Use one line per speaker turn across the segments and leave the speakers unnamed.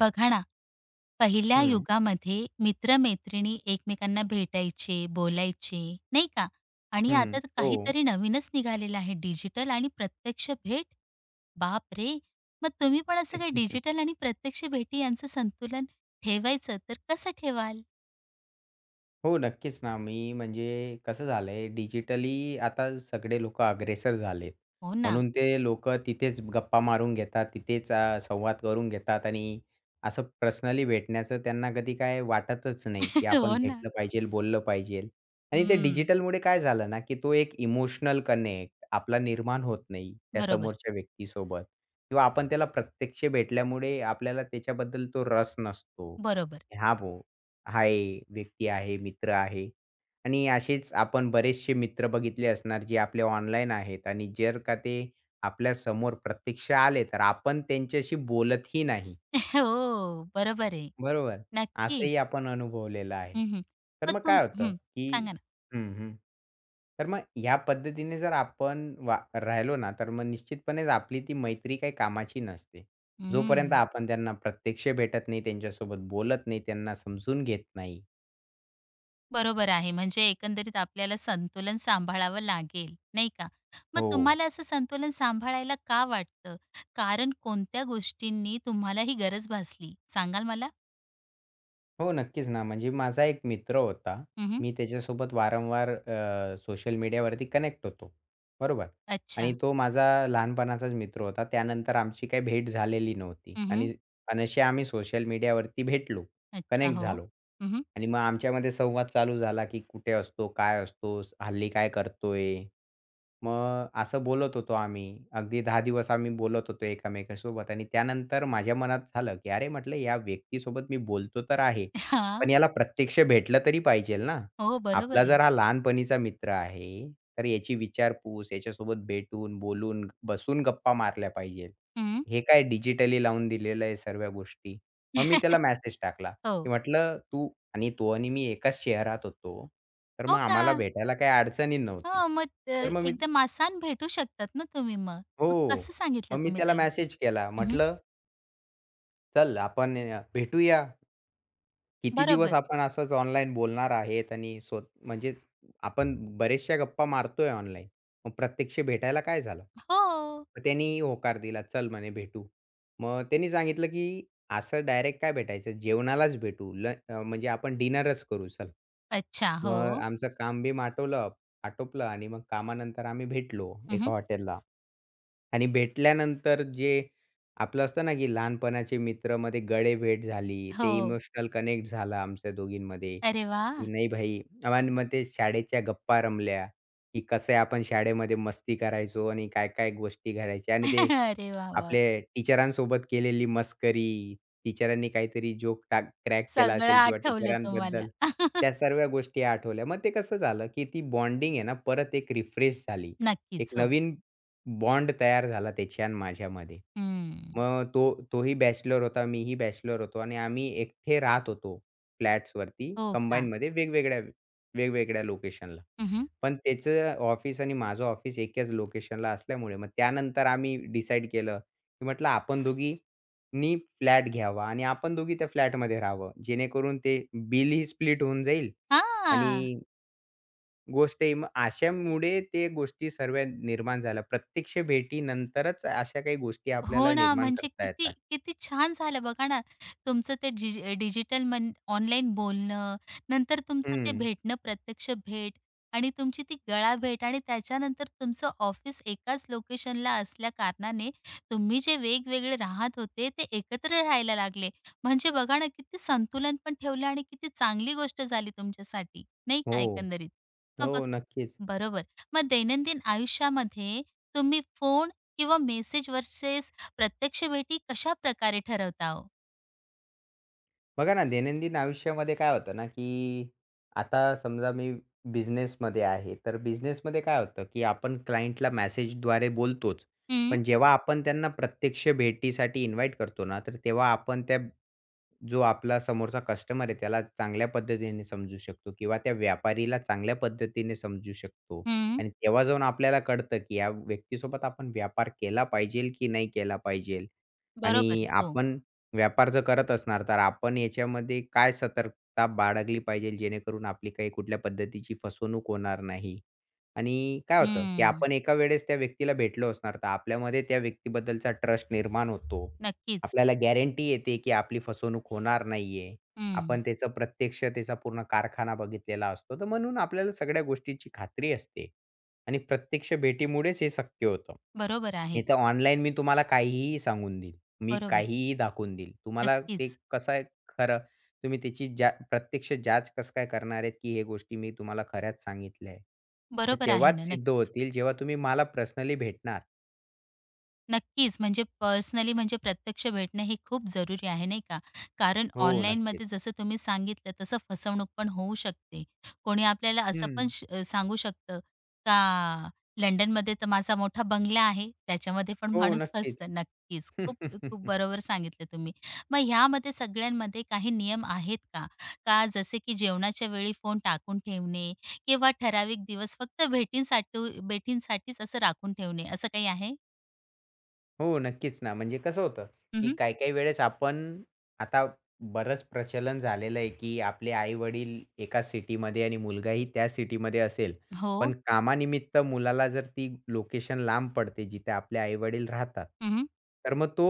बघा ना, पहिल्या
हं,
युगामध्ये मित्र-मैत्रिणी एकमेकांना भेटायचे, बोलायचे, नाही का? आणि आता
हं.
तर
हो.
काहीतरी नवीनच निघालेलं आहे डिजिटल आणि प्रत्यक्ष भेट. बापरे! मग तुम्ही पण असं काही डिजिटल आणि प्रत्यक्ष भेटी यांचं संतुलन ठेवायचं तर कसं ठेवाल?
हो, नक्कीच ना. मी म्हणजे कसं झालंय, डिजिटली आता सगळे लोकं अग्रेसर झालेत.
हो ना.
म्हणून ते लोकं तिथेच गप्पा मारून घेतात, तिथेच संवाद करून घेतात आणि असं पर्सनली भेटण्याचं त्यांना कधी काय वाटतच नाही, की आपण
हो ना.
भेटलं पाहिजेल, बोललं पाहिजेल. आणि ते
हं.
डिजिटलमुळे काय झालं ना, की तो एक इमोशनल कनेक्ट आपला निर्माण होत नाही त्या
बरोबर,
समोरच्या व्यक्तीसोबत किंवा आपण त्याला प्रत्यक्ष भेटल्यामुळे आपल्याला त्याच्याबद्दल तो रस नसतो.
बरोबर.
हां, आहे, व्यक्ती आहे, मित्र आहे आणि असेच आपण बरेचसे मित्र बघितले असणार जे आपले ऑनलाईन आहेत आणि जर का ते आपल्यासमोर प्रत्यक्ष आले, तर आपण त्यांच्याशी बोलतही नाही.
हो, बरोबर आहे.
बरोबर.
नक्कीच.
असंही आपण अनुभवलेलं आहे.
हं, हं.
तर
मग
मग
तुम
काय होतं,
हं.
की
सांगा ना.
हं, हं. तर मग ह्या पद्धतीने जर आपण वा राहिलो ना, तर मग निश्चितपणेच आपली ती मैत्री काही कामाची नसते. जोपर्यंत
हं.
आपण त्यांना प्रत्यक्ष भेटत नाही, त्यांच्यासोबत बोलत नाही, त्यांना समजून घेत नाही.
बरोबर आहे. म्हणजे एकंदरीत आपल्याला संतुलन सांभाळावं लागेल, नाही का? मग
हो.
तुम्हाला असं संतुलन सांभाळायला का वाटतं? कारण कोणत्या गोष्टींनी तुम्हाला ही गरज भासली? सांगाल मला?
हो, नक्कीच ना. म्हणजे माझा एक मित्र होता.
हं,
मी त्याच्यासोबत वारंवार सोशल मीडियावरती कनेक्ट होतो. बरोबर. आणि
अच्छा.
तो माझा लहानपणाचाच मित्र होता. त्यानंतर आमची काही भेट झालेली नव्हती
हं, हं.
आणि अनशी आम्ही सोशल मीडियावरती भेटलो,
अच्छा.
कनेक्ट
हो.
झालो
हं, हं.
आणि मग आमच्यामध्ये संवाद चालू झाला, की कुठे असतो? काय असतोस? हल्ली काय करतोय? मग असं बोलत होतो आम्ही. अगदी 10 दिवस आम्ही बोलत होतो एकमेकांसोबत आणि त्यानंतर माझ्या मनात झालं, की "अरे," म्हटलं, "या व्यक्तीसोबत मी बोलतो तर आहे, पण याला प्रत्यक्ष भेटलं तरी पाहिजेल ना.
हो, बरोबर
आपला
आहे.
जर हा लहानपणीचा मित्र आहे, तर याची विचारपूस, याच्यासोबत भेटून, बोलून, बसून गप्पा मारल्या पाहिजेल.
हं.
हे काय डिजिटली लावून दिलेलं आहे सर्व गोष्टी." मग मी त्याला मेसेज टाकला,
हो.
की म्हटलं, " आणि तो आणि मी एकाच शहरात होतो, तर
हो
मग
का?
आम्हाला भेटायला काही अडचणी नव्हती."
हो, मग
तर मग मी
एकदम आसान भेटू शकतात ना तुम्ही मग.
हो.
मग कसं सांगितलं
मग मी
तुम्ही
त्याला
त्याला?
मेसेज केला.
हं,
म्हटलं, "चल आपण भेटूया. किती दिवस
बरोबर.
आपण असंच ऑनलाईन बोलणार आहेत आणि स्वत म्हणजे आपण बऱ्याचशा गप्पा मारतोय ऑनलाईन. मग प्रत्यक्ष भेटायला काय झालं?"
हो.
मग त्यांनी होकार दिला. "चल," म्हणे, "भेटू." मग त्यांनी सांगितलं, की "असं डायरेक्ट काय भेटायचं? जेवणालाच भेटू. म्हणजे आपण डिनरच करू, चल."
अच्छा.
मग
हो.
आमचं काम-बीम आटोपलं आणि मग कामानंतर आम्ही भेटलो
हं,
एका हॉटेलला. आणि भेटल्यानंतर जे आपलं असतं ना, की लहानपणाचे मित्र मध्ये गडे भेट झाली. ते
हो.
इमोशनल कनेक्ट झाला आमच्या दोघींमध्ये,
अरे
की
वाह!
नाही भाई आणि मग ते शाळेच्या गप्पा रमल्या, की कसे आहे आपण शाळेमध्ये मस्ती करायचो आणि काय-काय गोष्टी करायच्या आणि ते
अरे वाह! वाह!
आपले टीचरांसोबत केलेली मस्करी, टीचरांनी काहीतरी जोक क्रॅक केला
सगळं
असेल किंवा
आठवलं तुम्हाला.
टीचरांबद्दल त्या सर्व गोष्टी आठवल्या. मग ते कसं झालं, की ती बॉन्डिंग आहे ना, परत एक रिफ्रेश झाली. एक
नक्कीच, हो.
नवीन बॉन्ड तयार झाला त्याची आणि माझ्यामध्ये.
हं.
मग तोही बॅचलर होता, मीही बॅचलर होतो आणि आम्ही एकटे राहत होतो फ्लॅट्सवरती
हो का?
कंबाईनमध्ये वेगवेगळ्या वेगवेगळ्या लोकेशनला.
हं, हं.
पण त्याचं ऑफिस आणि माझं ऑफिस एकाच लोकेशनला असल्यामुळे मग त्यानंतर आम्ही डिसाईड केलं, की म्हटलं आपण दोघींनी फ्लॅट घ्यावा आणि आपण दोघी त्या फ्लॅटमध्ये राहावं. जेणेकरून ते बिलही स्प्लिट होऊन जाईल आणि गोष्ट आहे. मग अशामुळे ते गोष्टी सर्व निर्माण झाल्या. प्रत्यक्ष भेटीनंतरच अशा काही गोष्टी
हो
आपल्याला
ना,
निर्माण
म्हणजे
करता
किती
येतात.
किती छान झालं बघा ना, तुमचं ते डिजिटल मन ऑनलाईन बोलणं, नंतर तुमचं ते
हं.
भेटणं, प्रत्यक्ष भेट आणि तुमची ती गळा भेट आणि त्याच्यानंतर तुमचं ऑफिस एकाच लोकेशनला असल्याकारणाने तुम्ही जे वेगवेगळे राहत होते, ते एकत्र राहायला लागले. म्हणजे बघा ना, किती संतुलन पण ठेवलं आणि किती चांगली गोष्ट झाली तुमच्यासाठी, नाही का
हो.
एकंदरीत? मग बघ
हो, नक्कीच.
बरोबर. मग दैनंदिन आयुष्यामध्ये तुम्ही फोन किंवा मेसेज प्रत्यक्ष भेटी कशा प्रकारे ठरवता हो?
बघा ना, दैनंदिन आयुष्यामध्ये काय होतं ना, की आता समजा मी बिझनेसमध्ये आहे. तर बिझनेसमध्ये काय होतं, की आपण क्लायंटला मेसेजद्वारे बोलतोच.
हं,
पण जेव्हा आपण त्यांना प्रत्यक्ष भेटीसाठी इन्व्हाईट करतो ना, तर तेव्हा आपण त्या जो आपला समोरचा कस्टमर आहे त्याला चांगल्या पद्धतीने समजू शकतो किंवा त्या व्यापारीला चांगल्या पद्धतीने समजू शकतो
हं.
आणि तेव्हा जाऊन आपल्याला कळतं, की या व्यक्तीसोबत आपण व्यापार केला पाहिजेल की नाही केला पाहिजेल
बरोबर.
आणि
हो.
आपण व्यापार जर करत असणार, तर आपण याच्यामध्ये काय सतर्कता बाळगली पाहिजेल जेणेकरून आपली काही कुठल्या पद्धतीची फसवणूक होणार नाही. आणि काय होतं, की
हं.
आपण एका वेळेस त्या व्यक्तीला भेटलो असणार, तर आपल्यामध्ये त्या व्यक्तीबद्दलचा ट्रस्ट निर्माण होतो.
नक्कीच.
आपल्याला गॅरंटी येते, की आपली फसवणूक होणार नाहीये.
हं.
आपण त्याचं प्रत्यक्ष त्याचा पूर्ण कारखाना बघितलेला असतो. तर म्हणून आपल्याला सगळ्या गोष्टीची खात्री असते आणि प्रत्यक्ष भेटीमुळेच हे शक्य होतं.
बरोबर आहे.
नाहीतर ऑनलाईन मी तुम्हाला काहीही सांगून देईल. मी
बरोबर.
काहीही दाखवून देईल. तुम्हाला ते
नक्कीच.
कसं आहे खरं, तुम्ही त्याची ज्या प्रत्यक्ष जाच कसं काय करणार आहेत, की हे गोष्टी मी तुम्हाला खऱ्याच सांगितल्या आहे. तर
बरोबर आहे
तेव्हाच
ना.
सिद्ध
नक्कीच.
होतील, जेव्हा तुम्ही मला पर्सनली भेटणार.
नक्कीच. म्हणजे पर्सनली म्हणजे प्रत्यक्ष भेटणं हे खूप जरुरी आहे, नाही का? कारण
हो, नक्कीच.
ऑनलाईनमध्ये जसं तुम्ही सांगितलं तसं फसवणूक पण होऊ शकते. कोणी आपल्याला असं
हं.
पण सांगू शकतं का लंडनमध्ये तर माझा मोठा बंगला आहे, त्याच्यामध्ये पण
हो,
माणूस
नक्कीच.
फसतं. नक्कीच. खूप खूप बरोबर सांगितलं तुम्ही. मग ह्यामध्ये सगळ्यांमध्ये काही नियम आहेत का? का जसे की जेवणाच्या वेळी फोन टाकून ठेवणे किंवा ठराविक दिवस फक्त भेटींसाठीच असं राखून ठेवणे, असं काही आहे?
हो, नक्कीच ना. म्हणजे कसं होतं, की
हं,
काही-काही वेळेस आपण आता बरंच प्रचलन झालेलं आहे, की आपले आई-वडील एका सिटीमध्ये आणि मुलगाही त्या सिटीमध्ये असेल.
हो.
पण कामानिमित्त मुलाला जर ती लोकेशन लांब पडते, जिथे आपले आई-वडील राहतात.
हं.
तर मग तो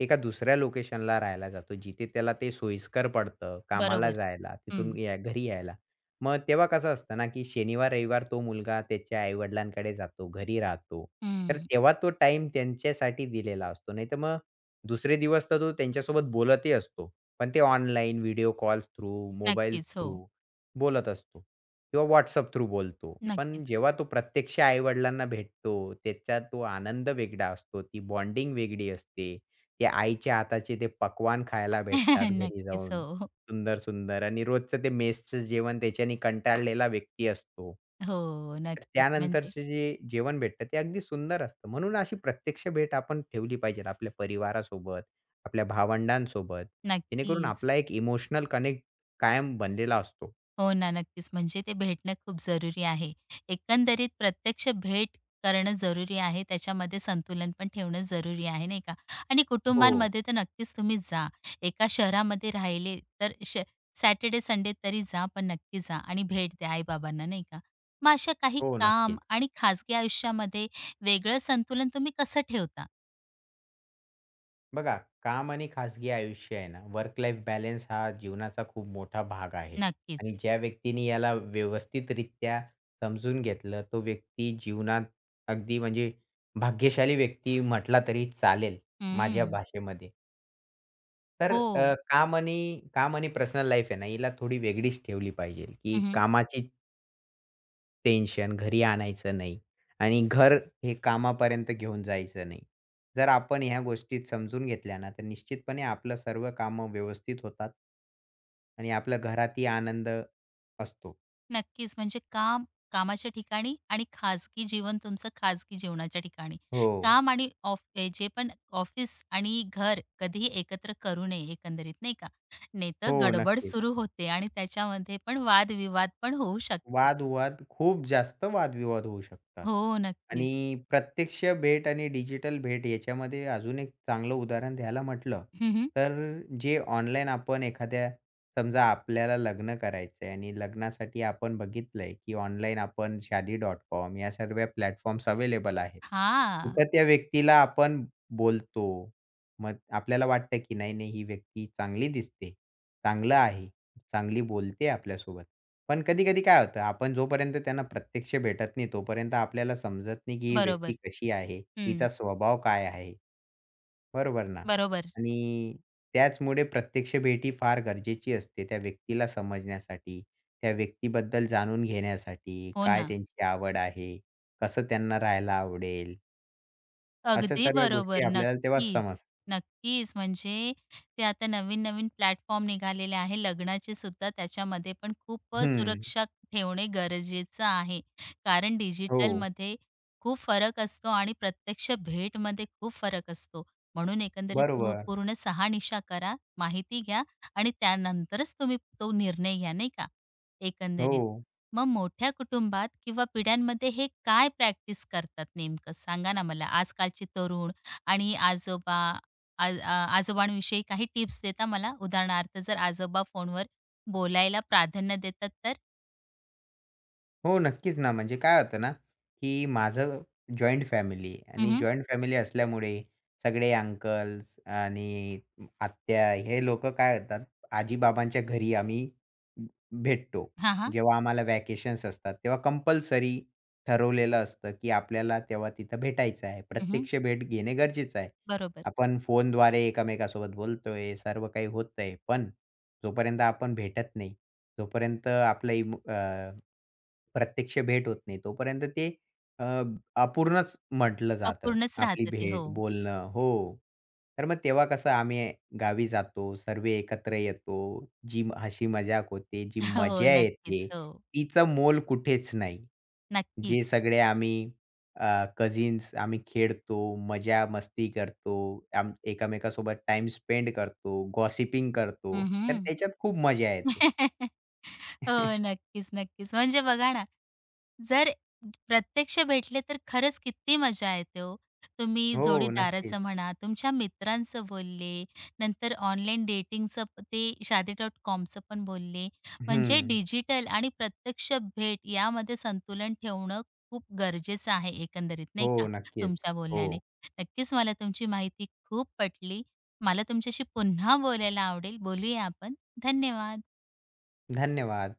एका दुसऱ्या लोकेशनला राहायला जातो, जिथे त्याला ते सोयीस्कर पडतं कामाला
बरोबर.
जायला,
हं.
तिथून या घरी यायला. मग तेव्हा कसं असतं ना, की शनिवार, रविवार तो मुलगा त्याच्या आई-वडिलांकडे जातो, घरी राहतो. तर
हं.
तेव्हा तो टाईम त्यांच्यासाठी दिलेला असतो. नाहीतर मग दुसरे दिवस तर तो त्यांच्यासोबत बोलतही असतो. पण ते online video call through, mobile
नक्कीच. हो.
थ्रू बोलत असतो किंवा WhatsApp थ्रू बोलतो. पण
नक्कीच.
जेव्हा तो प्रत्यक्ष आई भेटतो, त्याचा तो आनंद वेगळा असतो, ती बॉन्डिंग वेगळी असते. ते आईच्या हाताचे ते पकवान खायला भेटतात घरी
नक्कीच.
जाऊन.
हो.
सुंदर-सुंदर आणि रोजचं ते मेसचं जेवण त्याच्याने कंटाळलेला व्यक्ती असतो.
हो.
तर
नक्कीच. म्हणजे
त्यानंतरचे जे जेवण भेटतं ते अगदी सुंदर असतं. म्हणून अशी प्रत्यक्ष भेट आपण ठेवली पाहिजे आपल्या परिवारासोबत, आपल्या भावंडांसोबत. जेणेकरून
नक्कीच.
आपला एक इमोशनल कनेक्ट कायम बनलेला असतो.
हो ना, नक्कीच. म्हणजे ते भेटणं खूप जरुरी आहे. एकंदरीत प्रत्यक्ष भेट करणं जरुरी आहे. त्याच्यामध्ये संतुलन पण ठेवणं जरुरी आहे, नाही का? आणि
हो.
कुटुंबांमध्ये तर नक्कीच तुम्ही जा. एका शहरामध्ये राहिले तर सॅटर्डे, संडे तरी जा, पण नक्की जा आणि भेट द्या आई नाही का? मग अशा काही
हो,
काम
नक्कीच.
आणि खाजगी आयुष्यामध्ये वेगळं संतुलन तुम्ही कसं ठेवता?
बघा, काम आणि खाजगी आयुष्य आहे ना, वर्क लाईफ बॅलन्स हा जीवनाचा खूप मोठा भाग आहे आणि
नक्कीच.
ज्या व्यक्तीने याला व्यवस्थितरित्या समजून घेतलं, तो व्यक्ती जीवनात अगदी म्हणजे भाग्यशाली व्यक्ती म्हटला तरी चालेल, माझ्या
हं.
भाषेमध्ये. तर
हो.
काम आणि पर्सनल लाईफ आहे ना, हिला थोडी वेगळीच ठेवली पाहिजे, की कामाची टेन्शन घरी आणायचं नाही आणि घर हे कामापर्यंत घेऊन जायचं नाही. जर आपण ह्या गोष्टी समजून घेतल्या ना, तर निश्चितपणे आपलं सर्व कामं व्यवस्थित होतात. आणि आपल्या घरातही आनंद असतो.
नक्कीच. म्हणजे काम, कामाच्या ठिकाणी आणि खाजगी जीवन तुमचं खाजगी जीवनाच्या ठिकाणी.
हो.
काम आणि ऑफ अ, जे पण ऑफिस आणि घर कधीही एकत्र करू नये एकंदरीत नाही का? नाही तर
हो,
गडबड
नक्कीच.
सुरू होते आणि त्याच्यामध्ये पण वादविवाद पण होऊ शकतात.
वाद-विवाद खूप जास्त वाद-विवाद होऊ शकतात.
हो,
आणि
नक्कीच.
प्रत्यक्ष भेट आणि डिजिटल भेट याच्यामध्ये अजून एक चांगलं उदाहरण द्यायला म्हटलं,
हं, हं.
तर जे ऑनलाईन आपण एखाद्या समजा आपल्याला लग्न करायचं आहे आणि लग्नासाठी आपण बघितलंय, की ऑनलाईन आपण शादी.com या सर्व प्लॅटफॉर्म्स अवेलेबल आहेत. तिथं त्या व्यक्तीला आपण बोलतो. मग आपल्याला वाटतं, की नाही, नाही ही व्यक्ती चांगली दिसते, चांगलं आहे, चांगली बोलते आपल्यासोबत. पण कधी-कधी काय होतं, आपण जोपर्यंत त्यांना प्रत्यक्ष भेटत नाही, तोपर्यंत आपल्याला समजत नाही, की ही
बरोबर.
व्यक्ती कशी आहे,
हं.
हिचा स्वभाव काय आहे, बरोबर ना?
बरोबर.
आणि त्याचमुळे प्रत्यक्ष भेटी फार गरजेची असते त्या व्यक्तीला समजण्यासाठी, त्या व्यक्तीबद्दल जाणून घेण्यासाठी,
हो
काय
ना.
त्यांची आवड आहे, कसं त्यांना राहायला आवडेल, अशा
अगदी
सर्व गोष्टी
बरोबर.
आपल्याला तेव्हा
नक्कीच, नक्कीच. म्हणजे ते आता नवीन-नवीन प्लॅटफॉर्म निघालेले आहे लग्नाचे सुद्धा. त्याच्यामध्ये पण खूप
हं.
सुरक्षा ठेवणे गरजेचं आहे. कारण
हो,
डिजिटलमध्ये खूप फरक असतो आणि प्रत्यक्ष भेटमध्ये खूप फरक असतो. म्हणून एकंदरीत
बरोबर.
पूर्ण शहानिशा करा, माहिती घ्या आणि त्यानंतरच तुम्ही तो निर्णय घ्या, नाही का?
हो.
एकंदरीत. मग मोठ्या कुटुंबात किंवा पिढ्यांमध्ये हे काय प्रॅक्टिस करतात नेमकं सांगा ना मला. आजकालचे तरुण आणि आजोबा आ आ आजोबांविषयी काही टिप्स देता मला? उदाहरणार्थ जर आजोबा फोनवर बोलायला प्राधान्य देतात तर?
हो, नक्कीच ना. म्हणजे काय होतं ना, की माझं जॉइंट फॅमिली आहे
हं,
आणि
हं.
जॉइंट फॅमिली असल्यामुळे सगळे अंकल्स आणि आत्या हे लोकं काय होतात, आजी घरी आम्ही भेटतो.
हां, हां.
जेव्हा आम्हाला व्हॅकेशन्स असतात, तेव्हा कंपल्सरी ठरवलेलं असतं, की आपल्याला तेव्हा तिथं भेटायचं आहे. प्रत्यक्ष भेट घेणे गरजेचं आहे.
बरोबर.
आपण फोनद्वारे एकमेकांसोबत बोलतोय, सर्व काही होतंय. पण जोपर्यंत आपण भेटत नाही, जोपर्यंत आपलं प्रत्यक्ष भेट होत नाही, तोपर्यंत ते अ, अपूर्णच म्हटलं जातं.
अपूर्णच
आपली
राहतं ते. हो.
भेट, बोलणं हो. तर मग तेव्हा कसं आम्ही गावी जातो, सर्व एकत्र येतो. जी हसी-मजाक होते, जी
हो,
मजा
नक्कीच.
येते,
हो,
तिचं मोल कुठेच नाही. जे
नक्कीच.
सगळे आम्ही कझिन्स आम्ही खेळतो, मजा-मस्ती करतो, एकमेकांसोबत टाइम स्पेंड करतो, गॉसिपिंग करतो. तर
हं,
त्याच्यात खूप मजा येते.
हो, नक्कीच, नक्कीच. म्हणजे बघा ना जर प्रत्यक्ष भेटले तर खरंच किती मजा येते हो. तुम्ही
हो, नक्कीच.
जोडीदाराचं म्हणा, तुमच्या मित्रांचं बोलले, नंतर ऑनलाईन डेटिंगचं ते Shaadi.comचं पण बोलले. म्हणजे
हं.
डिजिटल आणि प्रत्यक्ष भेट यामध्ये संतुलन ठेवणं खूप गरजेचं आहे एकंदरीत, नाही
हो,
का,
नक्कीच.
तुमच्या
हो.
बोलण्याने. नक्कीच मला तुमची माहिती खूप पटली. मला तुमच्याशी पुन्हा बोलायला आवडेल. बोलूया आपण. धन्यवाद.
धन्यवाद.